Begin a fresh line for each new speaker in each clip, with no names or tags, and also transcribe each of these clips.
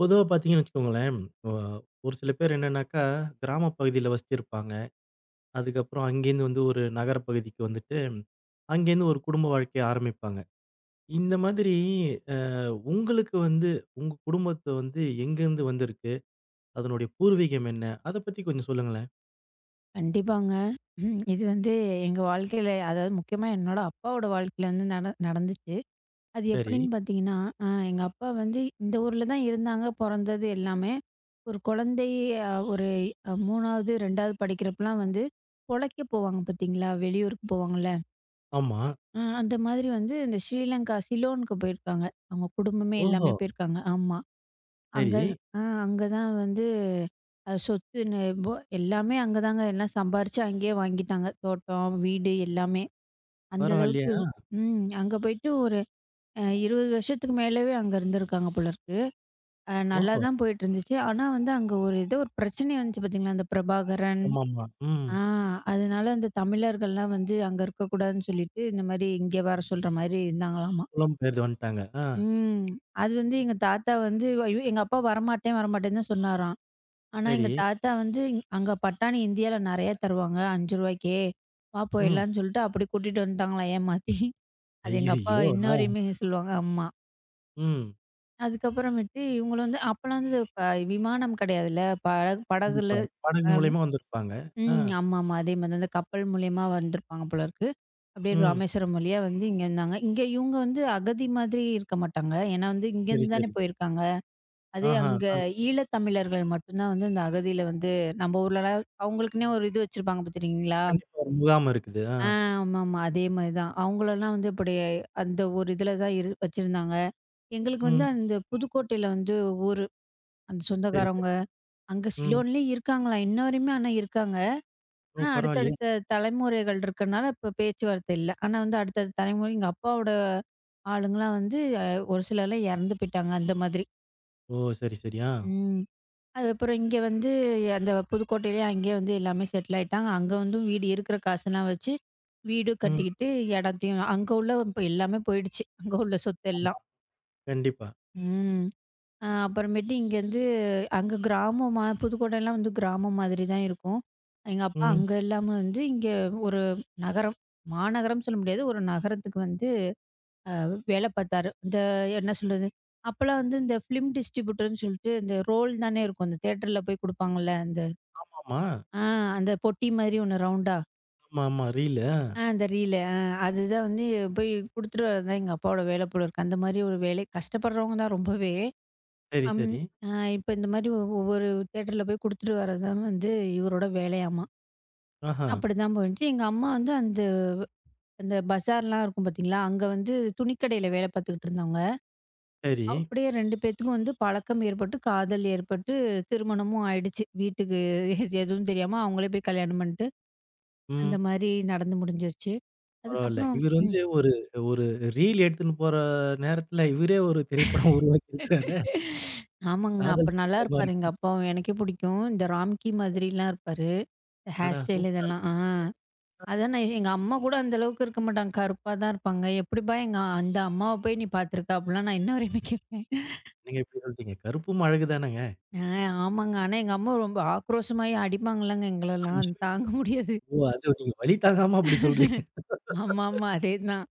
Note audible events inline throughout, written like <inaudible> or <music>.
பொதுவா பார்த்தீங்கன்னு வச்சுக்கோங்களேன், அ ஒரு சில பேர் என்னன்னாக்கா, கிராம பகுதியில வசிச்சிருப்பாங்க. அதுக்கப்புறம் அங்கேருந்து வந்து ஒரு நகர பகுதிக்கு வந்துட்டு, அங்கேருந்து ஒரு குடும்ப வாழ்க்கைய ஆரம்பிப்பாங்க. இந்த மாதிரி அ உங்களுக்கு வந்து உங்க குடும்பத்த வந்து எங்கேருந்து வந்திருக்கு? அதனுடைய பூர்வீகம் என்ன? அத பத்தி கொஞ்சம் சொல்லுங்களேன்.
கண்டிப்பாங்க. ம். இது வந்து எங்க வாழ்க்கையில அதாவது முக்கியமா என்னோட அப்பாவோட வாழ்க்கையில வந்து நடந்துச்சு. அது
சரி.
எப்படின்னு பார்த்தீங்கன்னா, எங்க அப்பா வந்து இந்த ஊர்ல தான் இருந்தாங்க, பொறந்தது எல்லாமே. ஒரு குழந்தை ஒரு 3வது, 2வது படிக்கிறப்பலாம் வந்து பொழைக்க போவாங்க பார்த்தீங்களா, வெளியூருக்கு போவாங்கல்ல.
ஆமா.
அந்த மாதிரி வந்து இந்த ஸ்ரீலங்கா சிலோனுக்கு போயிருக்காங்க. அவங்க குடும்பமே
ஓஹோ!
எல்லாமே போயிருக்காங்க. ஆமா. அங்க
சரி.
ஆ அங்க தான் வந்து அது சொத்து நெபோ எல்லாமே அங்க தாங்க. எல்லாம் சம்பாரிச்சு அங்கேயே வாங்கிட்டாங்க. தோட்டம், வீடு எல்லாமே. அந்த
பரவாயில்லையே!
அளவுக்கு ம். அங்க போயிட்டு ஒரு 20 வருஷத்துக்கு மேலவே அங்க இருந்திருக்காங்க போல இருக்கு. நல்லா
ஓஹோ!
தான் போயிட்டுருந்துச்சு. ஆனா வந்து அங்க ஒரு ஏதோ ஒரு பிரச்சனை வந்துச்சு பார்த்தீங்களா, அந்த பிரபாகரன்.
ஆமாமா. ம்.
ஆ அதனால அந்த தமிழர்கள்லாம் வந்து அங்க இருக்கக்கூடாதுன்னு சொல்லிட்டு, இந்த மாரி இங்கே வர சொல்ற மாரி இருந்தாங்களாமா.
புலம்பெயர்ந்து வந்துட்டாங்க. ஆ.
ம். அது வந்து எங்க தாத்தா வந்து ஐயோ! எங்க அப்பா வரமாட்டேன், வரமாட்டேன்னு தான் சொன்னாராம். ஆனா,
சரி.
எங்க தாத்தா வந்து அங்க பட்டாணி இந்தியால நெறைய தருவாங்க. ரூ. 5 வா
ம்.
போயிடலான்னு சொல்லிட்டு அப்படி கூட்டிட்டு வந்துட்டாங்களாம் ஏமாத்தி. அது எங்க அப்பா
ஐய்யய்யோ!
இன்ன
ஆ.
வரையுமே சொல்லுவாங்க அம்மா.
ம்.
அதுக்கப்புறமேட்டு இவங்களும் வந்து அப்பலாம் வந்து விமானம் கிடையாதுல்ல. படகு படகுல
கண்டிப்பா. படகு
அ
மூலியமா வந்திருப்பாங்க. ஆ.
ம் ஆமாமா. அதே மாரி தான். அந்த கப்பல் மூலியமா வந்திருப்பாங்க போல இருக்கு. அப்படியே
ம்.
ராமேஸ்வரம் வழியா வந்து இங்க இருந்தாங்க. இங்க இவங்க வந்து அகதி மாதிரி இருக்க மாட்டாங்க. ஏன்னா வந்து
சரி,
இங்கேருந்து தானே
சரி.
போயிருக்காங்க. அதே
ஆஹா,
அங்க
ஆ.
ஈழத்தமிழர்கள் மட்டும்தான் வந்து இந்த அகதியில வந்து நம்ம ஊர்லலாம் அவங்களுக்குன்னே ஒரு இது வச்சிருப்பாங்க பார்த்துருக்கீங்களா?
கண்டிப்பா ஒரு முகாம் இருக்குது. ஆ.
ஆ ஆமாமா. அதே மாரி தான். அவங்களலாம் வந்து இப்படி அந்த ஒரு இதில தான் இரு வச்சிருந்தாங்க. எங்களுக்கு வந்து
ம்.
அந்த புதுக்கோட்டையில வந்து ஊரு. அந்த
சரி,
சொந்தக்காரவங்க.
சரி.
அங்க
ம்.
சிலோன்லேயே இருக்காங்களாம். இன்ன வரையுமே ஆனா இருக்காங்க.
ஓ!
ஆனா
பரவாயில்லையே!
அடுத்தடுத்த தலைமுறைகள் இருக்கனால இப்ப பேச்சுவார்த்தை இல்ல. ஆனா வந்து அடுத்தடுத்த தலைமுறை எங்க அப்பாவோட ஆளுங்கலாம் வந்து அ ஒரு சிலர்லாம் இறந்து போயிட்டாங்க அந்த மாதிரி.
ஓ! சரி, சரி. ஆ.
ம். அதுக்கப்புறம் இங்க வந்து அந்த புதுக்கோட்டையிலயே அங்கேயே வந்து எல்லாமே செட்டில் ஆயிட்டாங்க. அங்க வந்து வீடு இருக்கிற காசெல்லாம் வச்சு, வீடு
ம்.
கட்டிக்கிட்டு இடத்தையும் அங்க உள்ள இப்ப எல்லாமே போயிடுச்சு. அங்க உள்ள சொத்து
ஆமா.
எல்லாம்.
கண்டிப்பா.
ம். அப்புறமேட்டு இங்கேருந்து அங்க கிராமமா புதுக்கோட்டைலாம் வந்து கிராமம் மாதிரி தான் இருக்கும். எங்க அப்பா
ம்.
அங்க இல்லாம வந்து இங்க ஒரு நகரம், மாநகரம் சொல்ல முடியாது. ஒரு நகரத்துக்கு வந்து வேலை பார்த்தாரு. இந்த என்ன சொல்றது? அப்பலாம் வந்து இந்த ஃபிலிம் டிஸ்ட்ரிபியூட்டர்ன்னு சொல்லிட்டு இந்த ரோல் தானே இருக்கும். அந்த தியேட்டர்ல போய் குடுப்பாங்கல்ல. அந்த
ஆமா.
ஆ, அந்த பொட்டி மாதிரி ஒண்ணு ரவுண்டா?
ஆமாமா. ரீலு. ஆ.
ஆ அந்த ரீலு. அதுதான் வந்து போய் குடுத்துட்டு வரதான் எங்க அப்பாவோட வேலை போல இருக்கு. அந்த மாதிரி ஒரு வேலை கஷ்டப்படுறவங்க தான் ரொம்பவே.
சரி,
அம்
சரி.
அ இப்ப இந்த மாதிரி ஒவ்வொரு தியேட்டர்ல போய் குடுத்துட்டு வரதான் வந்து இவரோட வேலையாமா.
ஆஹா.
அப்படிதான் போயிருந்துச்சு. எங்க அம்மா வந்து அந்த அந்த பஜார்லாம் இருக்கும் பார்த்தீங்களா? அங்க வந்து துணிக்கடையில வேலை பார்த்துக்கிட்டு இருந்தாங்க.
சரி.
அப்படியே 2 பேத்துக்கும் வந்து பழக்கம் ஏற்பட்டு, காதல் ஏற்பட்டு, திருமணமும் ஆயிடுச்சு. வீட்டுக்கு எதுவும் தெரியாம அவங்களே போய் கல்யாணம் பண் அந்த
ம்.
மாரி நடந்து முடிஞ்சிருச்சு.
பரவால்ல.
அதுக்கப்புறம்
இவரு வந்து
ம்.
ஒரு ஒரு ரீல் எடுத்துன்னு போற நேரத்துல, இவரே ஒரு திரைப்படம் உருவாக்கி இருக்கிறாரே!
ஆமாங்க.
காதல்
அப்ப நல்லா
திரைப்படமா
இருப்பாரு எங்க
இருக்கு.
அப்பாவும். எனக்கே பிடிக்கும். இந்த ராம்கி மாதிரிலாம் இருப்பாரு. ஹேர்
அடடா!
ஸ்டைல்
சூப்பரா
இதெல்லாம்.
இருக்கு.
அதான் நான் எங்க அம்மா கூட அந்த அளவுக்கு இருக்க மாட்டாங்க. கருப்பா தான் இருப்பாங்க. "எப்படிப்பா எங்க அந்த அம்மாவ போய் நீ பார்த்துருக்க?" அப்படிலாம் நான் இன்ன வரையுமே கேட்பேன்.
நீங்க இப்படி சொல்ட்டீங்க. கருப்பும் அழகு தானேங்க.
ஆ ஆமாங்க. ஆனா எங்க அம்மா ரொம்ப ஆக்ரோஷமாயி அடிப்பாங்கல்லங்க
ஐயோ!
எங்களெல்லாம். தாங்க முடியாது.
ஓ! அது நீங்க வலி தாங்காம அப்படி சொல்றீங்க.
ஆமாமா. அதேதான்.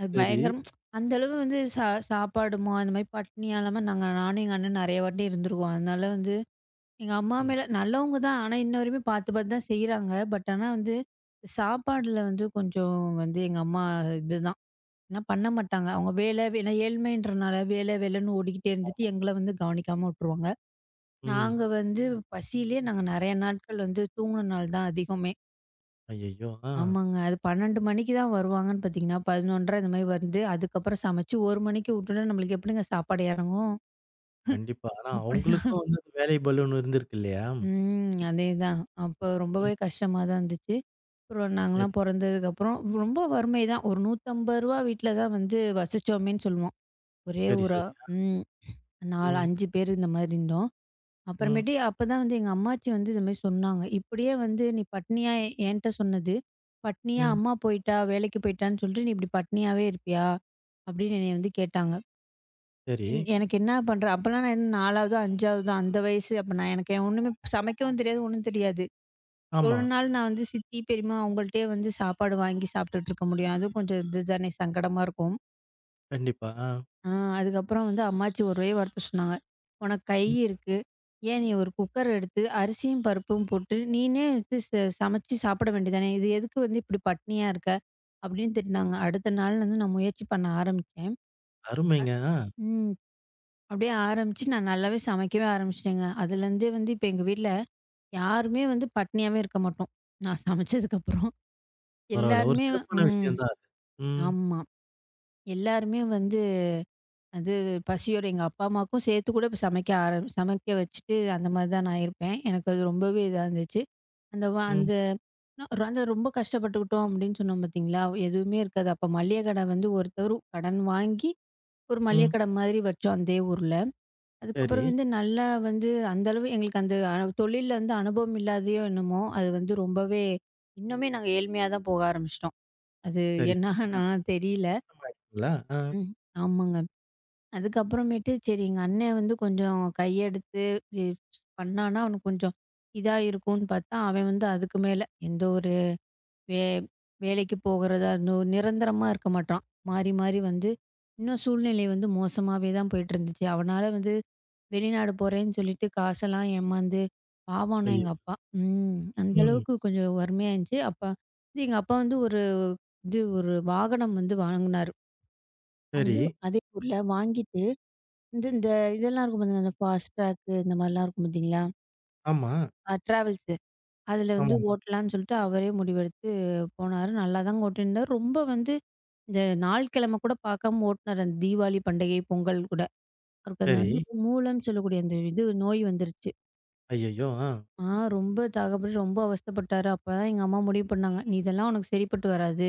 அது
சரி.
பயங்கரம். அந்த அளவு வந்து சாப்பாடுமா, அந்த மாரி பட்னியா இல்லாம நானும் எங்க அண்ணனும் நெறைய வாட்டி இருந்திருக்கோம். அதனால வந்து எங்க அம்மா
ம்.
மேல நல்லவங்க தான். ஆனா, இன்ன வரையுமே பார்த்து பார்த்து தான் செய்றாங்க. பட் ஆனா வந்து, சாப்பாடுல வந்து கொஞ்சம் வந்து எங்க அம்மா இதுதான். ஏன்னா பண்ண மாட்டாங்க. அவங்க வேலை ஏன்னா ஏழ்மைன்றனால வேலை வேலைன்னு ஓடிக்கிட்டே இருந்துட்டு, எங்கள வந்து கவனிக்காம விட்டுருவாங்க.
ம்.
நாங்க வந்து பசியிலேயே நாங்க நெறைய நாட்கள் வந்து தூங்குன நாள் தான் அதிகமே.
ஐயய்யோ! ஆ.
ஆமாங்க. அது 12 மணிக்கு தான் வருவாங்கன்னு பார்த்தீங்கன்னா, 11:30 இந்த மாரி வந்து, அதுக்கப்புறம் சமைச்சு 1 மணிக்கு விட்டோம்னா, நம்மளுக்கு எப்படிங்க சாப்பாடு இறங்கும்?
கண்டிப்பா. ஆனா அவங்களுக்கும்
அப்படிதான்.
வந்து அந்த வேலை பலூன் இருந்திருக்கு இல்லையா?
ம். அதேதான். அப்போ
ம்.
ரொம்பவே கஷ்டமா தான் இருந்துச்சு. அப்புறம்
சரி,
நாங்கலாம் பொறந்ததுக்கப்புறம் ரொம்ப வறுமை தான். ஒரு ரூ. 150 வீட்ல தான் வந்து வசிச்சோமேன்னு சொல்லுவோம். ஒரே
சரி, சரி.
ஊரா. ம். 4,
ம்,
5 பேர் இந்த மாரி இருந்தோம்.
ம்,
அப்புறமேட்டு அப்பதான் வந்து எங்க அம்மாச்சி வந்து இந்த மாரி சொன்னாங்க. "இப்படியே வந்து நீ பட்னியா என்ட்ட சொன்னது, பட்னியா
ம்.
அம்மா போயிட்டா, வேலைக்கு போயிட்டான்னு சொல்லிட்டு நீ இப்படி பட்னியாவே இருப்பியா?" அப்படின்னு என்னைய வந்து கேட்டாங்க.
சரி.
எனக்கு என்ன பண்ற அப்பலாம் நான் என்ன 4வதோ, 5வதோ அந்த வயசு. அப்ப நான் எனக்கு ஒண்ணுமே சமைக்கவும் தெரியாது, ஒண்ணும் தெரியாது.
ஆமா.
எவ்வளோ நாள் நான் வந்து சித்தி, பெரியம்மா அவங்கள்ட்டயே வந்து சாப்பாடு வாங்கி சாப்பிட்டுட்டு இருக்க முடியும்? அதுவும் கொஞ்சம் இது தானே சங்கடமா இருக்கும்.
கண்டிப்பா. ஆ.
ஆ அதுக்கப்புறம் வந்து அம்மாச்சி ஒரே வார்த்தை சொன்னாங்க. "உனக்கு கை
ம்.
இருக்கு. ஏன் நீ ஒரு குக்கர் எடுத்து அரிசியும், பருப்பும் போட்டு நீனே எடுத்து சமைச்சு சாப்பிட வேண்டியதானே! இது எதுக்கு வந்து இப்படி பட்னியா இருக்க?" அப்படின்னு திட்டுனாங்க. அடுத்த நாள்லருந்து நான் முயற்சி பண்ண ஆரம்பிச்சேன்.
அருமைங்க. ஆ.
ம். அப்படியே ஆரம்பிச்சு நான் நல்லாவே சமைக்கவே ஆரம்பிச்சுட்டேங்க. அதுலேருந்தே வந்து இப்ப எங்க வீட்ல யாருமே வந்து பட்னியாவே இருக்க மாட்டோம். நான் சமைச்சதுக்கப்புறம்.
பரவால்ல. ஒரு
எல்லாருமே
சிறப்பான
ம்.
விஷயம் தான் அது. ம்,
ஆமா. எல்லாருமே வந்து அது பசியோட எங்க அப்பா, அம்மாவுக்கும் சேர்த்து கூட இப்ப சமைக்க வச்சுட்டு அந்த மாரி தான் நான் இருப்பேன். எனக்கு அது ரொம்பவே இதா இருந்துச்சு.
ம்,
அந்த அந்த ரொம்ப கஷ்டப்பட்டுக்கிட்டோம் அப்படின்னு சொன்னோம் பார்த்தீங்களா? எதுவுமே இருக்காது. அப்ப மளிகை கடை வந்து ஒருத்தர் கடன் வாங்கி ஒரு மளிகை
ம்.
கடை மாதிரி வச்சோம் அதே ஊர்ல.
சரி,
அதுக்கப்புறம் வந்து நல்லா வந்து அந்த அளவு எங்களுக்கு அந்த தொழில்ல வந்து அனுபவம் இல்லாதயோ என்னமோ, அது வந்து ரொம்பவே இன்னுமே நாங்க ஏழ்மையா தான் போக ஆரம்பிச்சுட்டோம். அது
சரி, சரி. ஆ.
என்னான்னா தெரியல.
கஷ்டமாயிருக்குங்களா? ஆ.
ம். ஆமாங்க. அதுக்கப்புறமேட்டு சரி எங்க அண்ணன் வந்து கொஞ்சம் கையெடுத்து இ பண்ணான்னா, அவனுக்கு கொஞ்சம் இதா இருக்கும்ன்னு பார்த்தா, அவன் வந்து அதுக்கு மேல எந்த ஒரு வே வேலைக்கு போகிறதா இருந்தும் நிரந்தரமா இருக்க மாட்டான். மாறி மாறி வந்து இன்னும் சூழ்நிலை வந்து மோசமாவே தான் போயிட்டுருந்துச்சு. அவனால வந்து வெளிநாடு போறேன்னு சொல்லிட்டு காசெல்லாம் ஏமாந்து பாவம் ஆனா
ஐயோ!
எங்க அப்பா. ம். அந்த
ம்.
அளவுக்கு கொஞ்சம் வறுமையா இருந்துச்சு. அப்ப வந்து எங்க அப்பா வந்து ஒரு இது ஒரு வாகனம் வந்து வாங்குனாரு.
சரி.
அந்த அதே ஊர்ல வாங்கிட்டு இந்த இந்த இதெல்லாம் இருக்கும் பாத்தீங்களா, இந்த ஃபாஸ்ட் ட்ராக்கு இந்த மாரிலாம் இருக்கும் பாத்தீங்களா?
ஆமா.
ட்ராவல்ஸு. அதுல வந்து
ஆமாமா.
ஓட்டலான்னு சொல்லிட்டு அவரே முடிவெடுத்து போனாரு. நல்லாதாங்க ஓட்டியிருந்தாரு. ரொம்ப வந்து இந்த நாள் கிழமை கூட பார்க்காம ஓட்டுனாரு. அந்த தீபாவளி பண்டிகை, பொங்கல் கூட. அவருக்கு அந்த
சரி.
வந்து மூலம்ன்னு சொல்லக்கூடிய அந்த இது நோய் வந்துருச்சு.
ஐயய்யோ! ஆ.
ஆ ரொம்ப தாகப்பட்டு ரொம்ப அவஸ்தைப்பட்டாரு. அப்பதான் எங்க அம்மா முடிவு பண்ணாங்க. "நீ இதெல்லாம் உனக்கு சரிப்பட்டு வராது.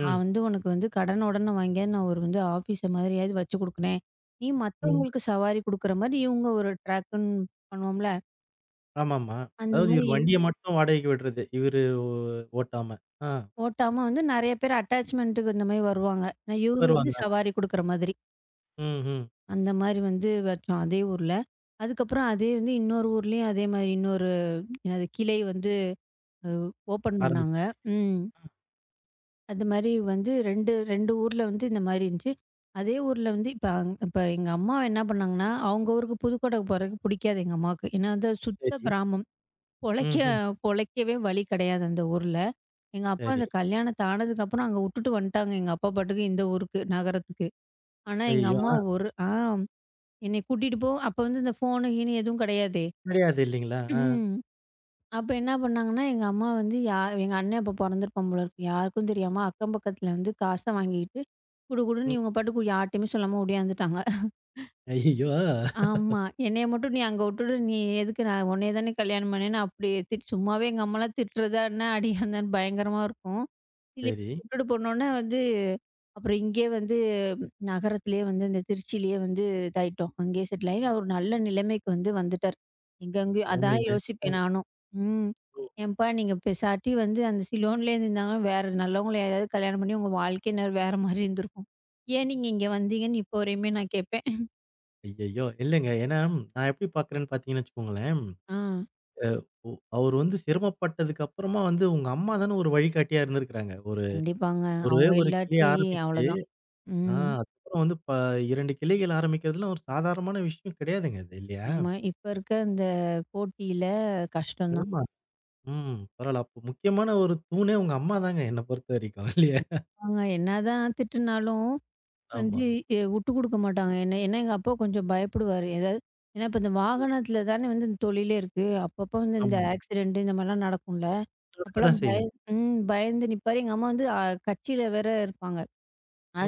நான் வந்து உனக்கு வந்து கடன் உடன வாங்கியாவது நான் ஒரு வந்து ஆஃபீஸ மாதிரியாவது வச்சு குடுக்குறேன். நீ
ம்.
மத்தவங்களுக்கு சவாரி குடுக்குற மாரி இவங்க ஒரு ட்ராக்குன்னு பண்ணுவோம்ல.
ஆமாமா.
அந்த
அதாவது இவரு
மாரி
வண்டிய மட்டும் வாடகைக்கு விடுறது. இவரு ஓ ஓட்டாம. ஆ.
ஓட்டாம வந்து நெறைய பேர் அட்டாச்மென்ட்டுக்கு இந்த மாரி வருவாங்க. நான் இவரு வந்து
வருவாங்க.
சவாரி குடுக்குற மாதிரி.
ம், ம்.
அந்த மாரி வந்து வச்சோம் அதே ஊர்ல. அதுக்கப்புறம் அதே வந்து இன்னொரு ஊர்லயும் அதே மாரி இன்னொரு என்னது கிளை வந்து அ ஓப்பன்
ஆரம்பிச்சு.
பண்ணாங்க. ம். அது மாரி வந்து 2, 2 ஊர்ல வந்து இந்த மாரி இருந்துச்சு. அதே ஊர்ல வந்து இப்ப இப்ப எங்க அம்மாவ என்ன பண்ணாங்கன்னா, அவங்க ஊருக்கு புதுக்கோட்டைக்கு போறதுக்கு பிடிக்காது எங்க அம்மாவுக்கு. ஏன்னா வந்து அது சுத்த
சரி.
கிராமம். பொழைக்க
ம், ம்.
பொழைக்கவே வழி கிடையாது அந்த ஊர்ல. எங்க அப்பா
சரி.
அந்த கல்யாணத்த ஆனதுக்கப்புறம் அங்க உட்டுட்டு வந்துட்டாங்க. எங்க அப்பா பாட்டுக்கு இந்த ஊருக்கு, நகரத்துக்கு. ஆனா எங்க
ஐயய்யோ!
அம்மா
ஆ
ஒரு என்னைய கூட்டிட்டு போ அப்ப வந்து இந்த ஃபோனு, கீனு எதுவும் கிடையாதே.
தெரியாது இல்லீங்களா? ஆ.
அப்ப என்ன பண்ணாங்கன்னா, எங்க அம்மா வந்து எங்க அண்ணன் அப்ப பொறந்திருப்பான் போல இருக்கு. யாருக்கும் தெரியாம அக்கம் பக்கத்துல வந்து காச வாங்கிட்டு குடு
ம்.
குடுன்னு இவங்க பாட்டுக்கு யார்ட்டயுமே சொல்லாம ஓடியாந்துட்டாங்க.
ஐயய்யோ! ஆ.
ஆமா. என்னைய மட்டும் நீ அங்க உட்டுட்டு, நீ எதுக்கு நான் உன்னைய தானே கல்யாணம் பண்ணேன்னு அப்படி சும்மாவே எங்க அம்மாலாம் திட்டுறதா என்ன அடி அந்தன்னு பயங்கரமா இருக்கும். இல்ல
சரி.
உட்டுட்டு போனோனே வந்து, அப்புறம் இங்கேயே வந்து நகரத்திலேயே வந்து இந்த திருச்சியிலேயே வந்து இதாயிட்டோம். அங்கேயே செட்டில் ஆகி அவர் நல்ல நிலைமைக்கு வந்து வந்துட்டார். எங்கெங்கேயோ அதான்
அருமைங்க.
யோசிப்பேன்
ம்,
நானும். ம்.
ம்.
ஏன்ப்பா நீங்க பெசாட்டி வந்து அந்த சிலோன்லேயே இருந்தாங்கன்னா, வேற நல்லவங்கள யாரையாவது கல்யாணம் பண்ணி உங்க வாழ்க்கையினர் வேற மாரி இருந்திருக்கும். ஏன் நீங்க இங்க வந்தீங்கன்னு இப்போ வரையுமே நான் கேட்பேன்.
ஐயய்யோ! இல்லங்க. ஏன்னா, நான் எப்படி பார்க்குறேன்னு பார்த்தீங்கன்னு வச்சுக்கோங்களேன்,
ஆ.
ஒ அவரு வந்து சிரமப்பட்டதுக்கு அப்புறமா வந்து உங்க அம்மா தானே ஒரு வழிகாட்டியா இருந்திருக்கிறாங்க.
கண்டிப்பாங்க.
ஒரே
அவங்க
ஒரு கிளி
இல்லாட்டி
ஆரம்பிச்சு,
அவ்வளோதான்.
ஆ
ம்.
அதுக்கப்புறம் வந்து 2 கிளைகள் ஆரம்பிக்கிறதுலாம் ஒரு சாதாரணமான விஷயம் கிடையாதுங்க அது இல்லையா?
ஆமா. இப்ப இருக்க இந்த போட்டியில கஷ்டம் தான்.
ஆமா. ம். பரவால்ல. அப்போ முக்கியமான ஒரு தூணே உங்க அம்மா தாங்க என்ன பொறுத்தவரைக்கும். இல்லையா?
அவங்க என்னதான் திட்டுனாலும்
ஆமா.
வந்து உட்டு குடுக்க மாட்டாங்க. என்ன ஏன்னா எங்க அப்பா கொஞ்சம் பயப்படுவாரு. ஏதாவது ஏன்னா இப்ப இந்த
ம்.
வாகனத்தில தானே வந்து இந்த தொழிலே இருக்கு. அப்பப்போ வந்து இந்த
ஆமா.
ஆக்சிடென்ட் இந்த மாரிலாம் நடக்கும்ல.
நடக்க
அப்பலாம்
தான்
பய
செய்யும்.
ம் பயந்து நிப்பாரு. எங்க அம்மா வந்து கட்சியில வேற இருப்பாங்க.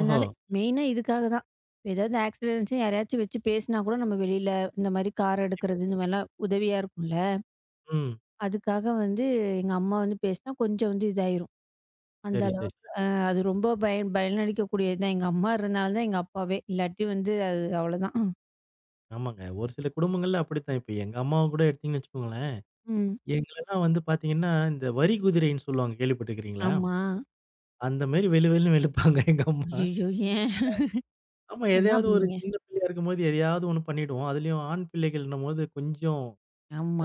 ஓஹோ!
மெயினா இதுக்காக தான். ஏதாவது ஆக்சிடென்ட்ஸ்ன்னு யாரையாச்சும் வச்சு பேசினா கூட நம்ம வெளியில இந்த மாரி கார்
கண்டிப்பா,
எடுக்கிறது இந்த
கண்டிப்பா.
மாரிலாம் உதவியா இருக்கும்ல.
ம்.
அதுக்காக வந்து எங்க அம்மா வந்து பேசினா கொஞ்சம் வந்து இதாயிரும். அந்த
சரி,
அள
சரி.
அது ரொம்ப பயனளிக்கக்கூடியது தான். எங்க அம்மா இருந்தனால தான் எங்க அப்பாவே. இல்லாட்டி வந்து அது அவ்வளோதான்.
ஆமாங்க. ஒரு சில குடும்பங்கள்ல அப்படித்தான். இப்ப எங்க அம்மாவ கூட எடுத்தீங்கன்னு வச்சுக்கோங்களேன்,
ம்.
எங்களலாம் வந்து பார்த்தீங்கன்னா, இந்த வரி குதிரைன்னு சொல்லுவாங்க கேள்விப்பட்டுருக்கிறீங்களா?
ஆமா.
அந்த மாரி வெளு வெளுன்னு வெளுப்பாங்க <laughs> எங்க அம்மா.
ஐய்யய்யோ! ஏன்?
ஆமா,
என்ன
எதையாவது ஒரு
பண்ணீங்க?
சின்ன பிள்ளையா இருக்கும்போது எதையாவது ஒண்ணு பண்ணிடுவோம். அதுலயும் ஆண் பிள்ளைகள்ன்னும்போது கொஞ்சம்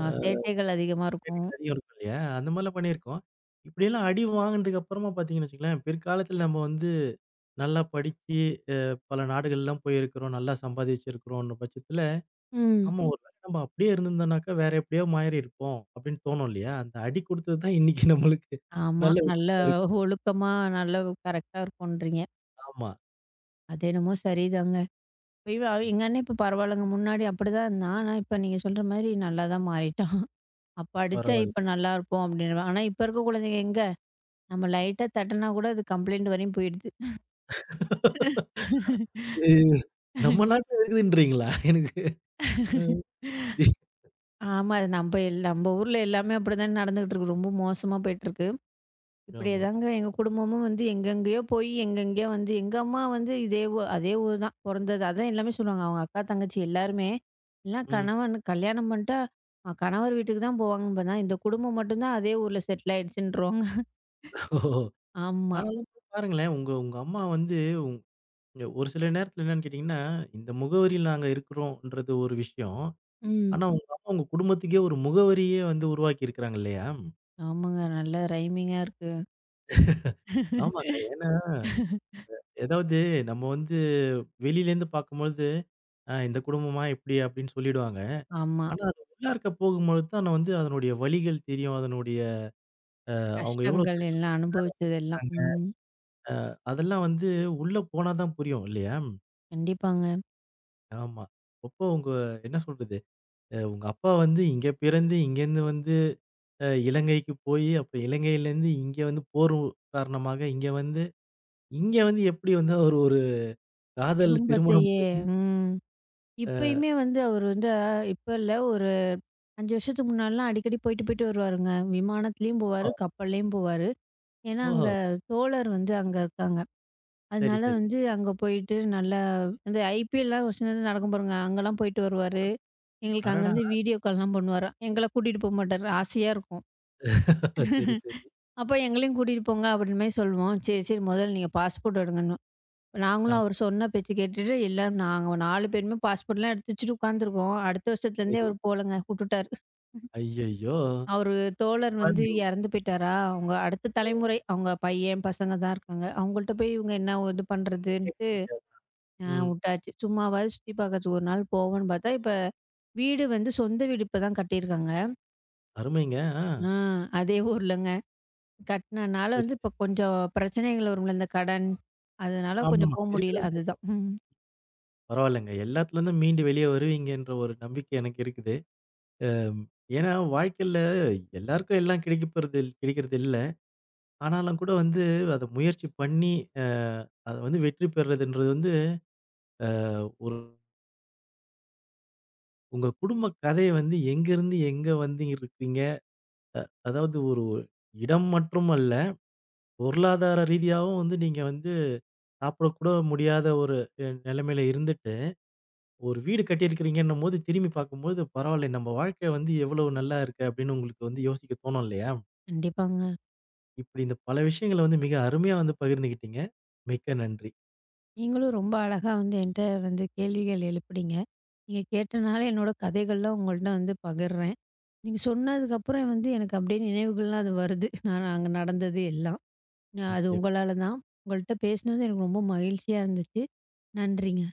அ
சேட்டைகள் அதிகமா இருக்கும்.
சேட்டைகள் அதிகம் இருக்கும் இல்லையா? அந்த மாரிலாம் பண்ணியிருக்கோம். இப்படியெல்லாம் அடி வாங்குனதுக்கு அப்புறமா பார்த்தீங்கன்னு வச்சுக்கங்களேன், பிற்காலத்துல நம்ம வந்து நல்லா படிச்சு, அ பல நாடுகள்லாம் போயிருக்கிறோம், நல்லா சம்பாதிச்சிருக்கிறோம்ன்ற பட்சத்துல
ம்.
ஆமா. ம். ஒரு வேளை நம்ம அப்படியே இருந்திருந்தோம்னாக்கா, வேற எப்படியோ மாறியிருப்போம் அப்படின்னு தோணும் இல்லையா? அந்த அடி குடுத்தது தான் இன்னைக்கு நம்மளுக்கு
ஆமா.
நல்ல
நல்ல
விஷயமா இருக்கு.
ஒழுக்கமா, நல்ல கரெக்ட்டா இருக்கும்ன்றீங்க.
ஆமா.
அது என்னமோ சரிதாங்க. இப்பயும் அவ எங்க அண்ணன் இப்ப பரவாயில்லங்க. முன்னாடி அப்படிதான் இருந்தான். ஆனா, இப்ப நீங்க சொல்ற மாரி நல்லா தான் மாறிட்டான். அப்ப அடிச்சா
பரவால்ல.
இப்ப நல்லாருப்போம் அப்படின்றான். ஆனா, இப்ப இருக்க குழந்தைங்க எங்க நம்ம லைட்டா தட்டுனா கூட அது கம்ப்ளைண்ட் வரையும் போயிடுது.
இது நம்ம நாட்டுல இருக்குதுன்றீங்களா? எனக்கு அ சரி.
ஆமா. அது நம்ப ஊர்ல எல்லாமே அப்படிதான் நடந்துகிட்டு இருக்கு. ரொம்ப மோசமா போயிட்டுருக்கு. இப்படியே
ஆமா.
தாங்க எங்க குடும்பமும் வந்து எங்கெங்கேயோ போய் எங்கெங்கேயோ வந்து எங்க அம்மா வந்து இதே ஊ அதே ஊர் தான் பொறந்தது. அதான் எல்லாமே சொல்லுவாங்க. அவங்க அக்கா, தங்கச்சி எல்லாருமே, எல்லாம்
ம்.
கணவன் கல்யாணம் பண்ணிட்டா கணவர் வீட்டுக்கு தான் போவாங்கன்னு தான் இந்த குடும்பம் மட்டும் தான் அதே ஊர்ல செட்டில் ஆயிடுச்சுன்ருவாங்க.
ஓஹோ!
ஆமா.
ஆனாலும் கூட பாருங்களேன், உங்க உங்க அம்மா வந்து உங் ஒரு சில நேரத்துல என்னன்னு கேட்டீங்கன்னா, இந்த முகவரியில நாங்க இருக்கிறோம்ன்றது ஒரு விஷயம்.
ம்.
ஆனா உங்க அம்மா உங்க குடும்பத்துக்கே ஒரு முகவரியே வந்து உருவாக்கி இருக்கிறாங்க இல்லையா?
ஆமாங்க. நல்ல ரைமிங்கா இருக்கு.
ஆமாங்க. ஏன்னா, ஏதாவது நம்ம வந்து வெளியிலேருந்து பார்க்கும்பொழுது இந்த குடும்பமா இப்படி அப்படின்னு சொல்லிடுவாங்க.
ஆமா.
ஆனா அது உள்ளார்க்க போகும்பொழுது தான் நான் வந்து அதனுடைய வலிகள் தெரியும். அதனுடைய அவங்க எவ்வளோ
கஷ்டங்கள் எல்லாம் அனுபவிச்சதெல்லாம்.
கஷ்டப்பட்டாங்க.
ம்.
அதெல்லாம் வந்து உள்ள போனா தான் புரியும் இல்லையா?
கண்டிப்பாங்க.
ஆமா. அப்போ உங்க என்ன சொல்றது? உங்க அப்பா வந்து இங்க பிறந்து இங்கேருந்து வந்து இலங்கைக்கு போய் அப்புறம் இலங்கையிலேருந்து இங்க வந்து போர் காரணமாக இங்க வந்து இங்க வந்து எப்படி வந்து அவர் ஒரு காதல் திருமணம்
குடும்பத்தையே
பண்ணி
ம்.
அ
இப்பயுமே வந்து அவரு வந்து இப்ப இல்ல ஒரு 5 வருஷத்துக்கு முன்னாடிலாம் அடிக்கடி போயிட்டு, போயிட்டு வருவாருங்க. விமானத்துலயும் போவாரு, கப்பல்லயும் போவாரு. ஏன்னா
ஓஹோ!
அங்க தோழர் வந்து அங்க இருக்காங்க.
சரி,
அதனால
சரி.
வந்து அங்க போயிட்டு நல்லா இந்த ஐபிஎல்லாம் ஒரு சிலது நடக்கும் பாருங்க. அங்கலாம் போயிட்டு வருவாரு. எங்களுக்கு
அடடா!
அங்கருந்து வீடியோ கால்லாம் பண்ணுவாரு. எங்கள கூட்டிட்டு போ மாட்டாரு. ஆசையா இருக்கும்.
சரி, சரி.
<laughs> அப்ப எங்களையும் கூட்டிட்டு போங்க அப்படின்ற மாரி சொல்லுவோம். சரி, சரி முதல்ல நீங்க பாஸ்போர்ட் எடுங்கன்னுவாரு. நாங்களும்
ஆமா
அவர் சொன்ன பேச்சு கேட்டுட்டு, எல்லாரும் நாங்க 4 பேருமே பாஸ்போர்ட்லாம் எடுத்து வச்சுட்டு உட்காந்துருக்கோம். அடுத்த வருஷத்துலேருந்தே
சரி.
அவரு போலங்க, வுட்டுட்டாரு.
ஐய்யய்யோ!
அவரு
கேட்டு
தோழர் வந்து
பாருங்க.
இறந்து போயிட்டாரா, அவங்க அடுத்த தலைமுறை அவங்க பையன், பசங்க தான் இருக்காங்க. அவங்கள்ட்ட போய் இவங்க என்ன இது
கேட்க
பண்ணுறதுன்ட்டு
முடியாது. ம்.
வுட்டாச்சு. சும்மாவாவது சுத்தி பார்க்கறதுக்கு ஒரு நாள் போவோன்னு பார்த்தா, இப்ப வீடு வந்து சொந்த வீடு இப்ப தான் கட்டியிருக்காங்க.
அருமைங்க. ஆ.
ஆ அதே ஊர்லங்க. கட்டுனனால
சரி, சரி.
வந்து இப்ப கொஞ்சம் பிரச்சனைகள் வரும்ல, இந்த கடன். அதனால கொஞ்சம்
ஆமாமா.
போ முடியல.
இருக்கதான் செய்யும்.
அதுதான். ம்.
பரவாயில்லங்க. எல்லாத்துலருந்தும் மீண்டு வெளியே வருவீங்கன்ற ஒரு நம்பிக்கை எனக்கு இருக்குது. அம் ஏன்னா வாழ்க்கையில எல்லாருக்கும் எல்லாம் கிடைக்க போறது கிடைக்கிறது இல்ல. ஆனாலும் கூட வந்து அத முயற்சி பண்ணி அ அத வந்து வெற்றி பெறுறதுன்றது வந்து அ ஒரு உங்க குடும்ப கதைய வந்து எங்கேருந்து எங்க வந்து இருக்கீங்க? அதாவது ஒரு இடம் மற்றும் அல்ல, பொருளாதார ரீதியாவும் வந்து நீங்க வந்து சாப்பிடக்கூட முடியாத ஒரு நிலைமையில இருந்துட்டு ஒரு வீடு கட்டியிருக்கிறீங்கன்னும்போது, திரும்பி பார்க்கும்போது, பரவால்ல நம்ம வாழ்க்கை வந்து எவ்வளவு நல்லா இருக்கு அப்படின்னு உங்களுக்கு வந்து யோசிக்க தோணும் இல்லையா?
கண்டிப்பாங்க.
இப்படி இந்த பல விஷயங்கள வந்து மிக அருமையா வந்து பகிர்ந்துகிட்டீங்க. மிக்க நன்றி.
நீங்களும் ரொம்ப அழகா வந்து என்கிட்ட வந்து கேள்விகள் எழுப்புனீங்க. நீங்க கேட்டனால என்னோட கதைகள்லாம் உங்கள்ட்ட வந்து பகிர்றேன். நீங்க சொன்னதுக்கப்புறம் வந்து எனக்கு அப்படியே நினைவுகள்லாம் அது வருது. <laughs> நான் அங்க நடந்தது எல்லாம். நான் அது
நிச்சயம்.
உங்களால தான். உங்கள்ட்ட பேசினது எனக்கு ரொம்ப மகிழ்ச்சியா இருந்துச்சு. நன்றிங்க.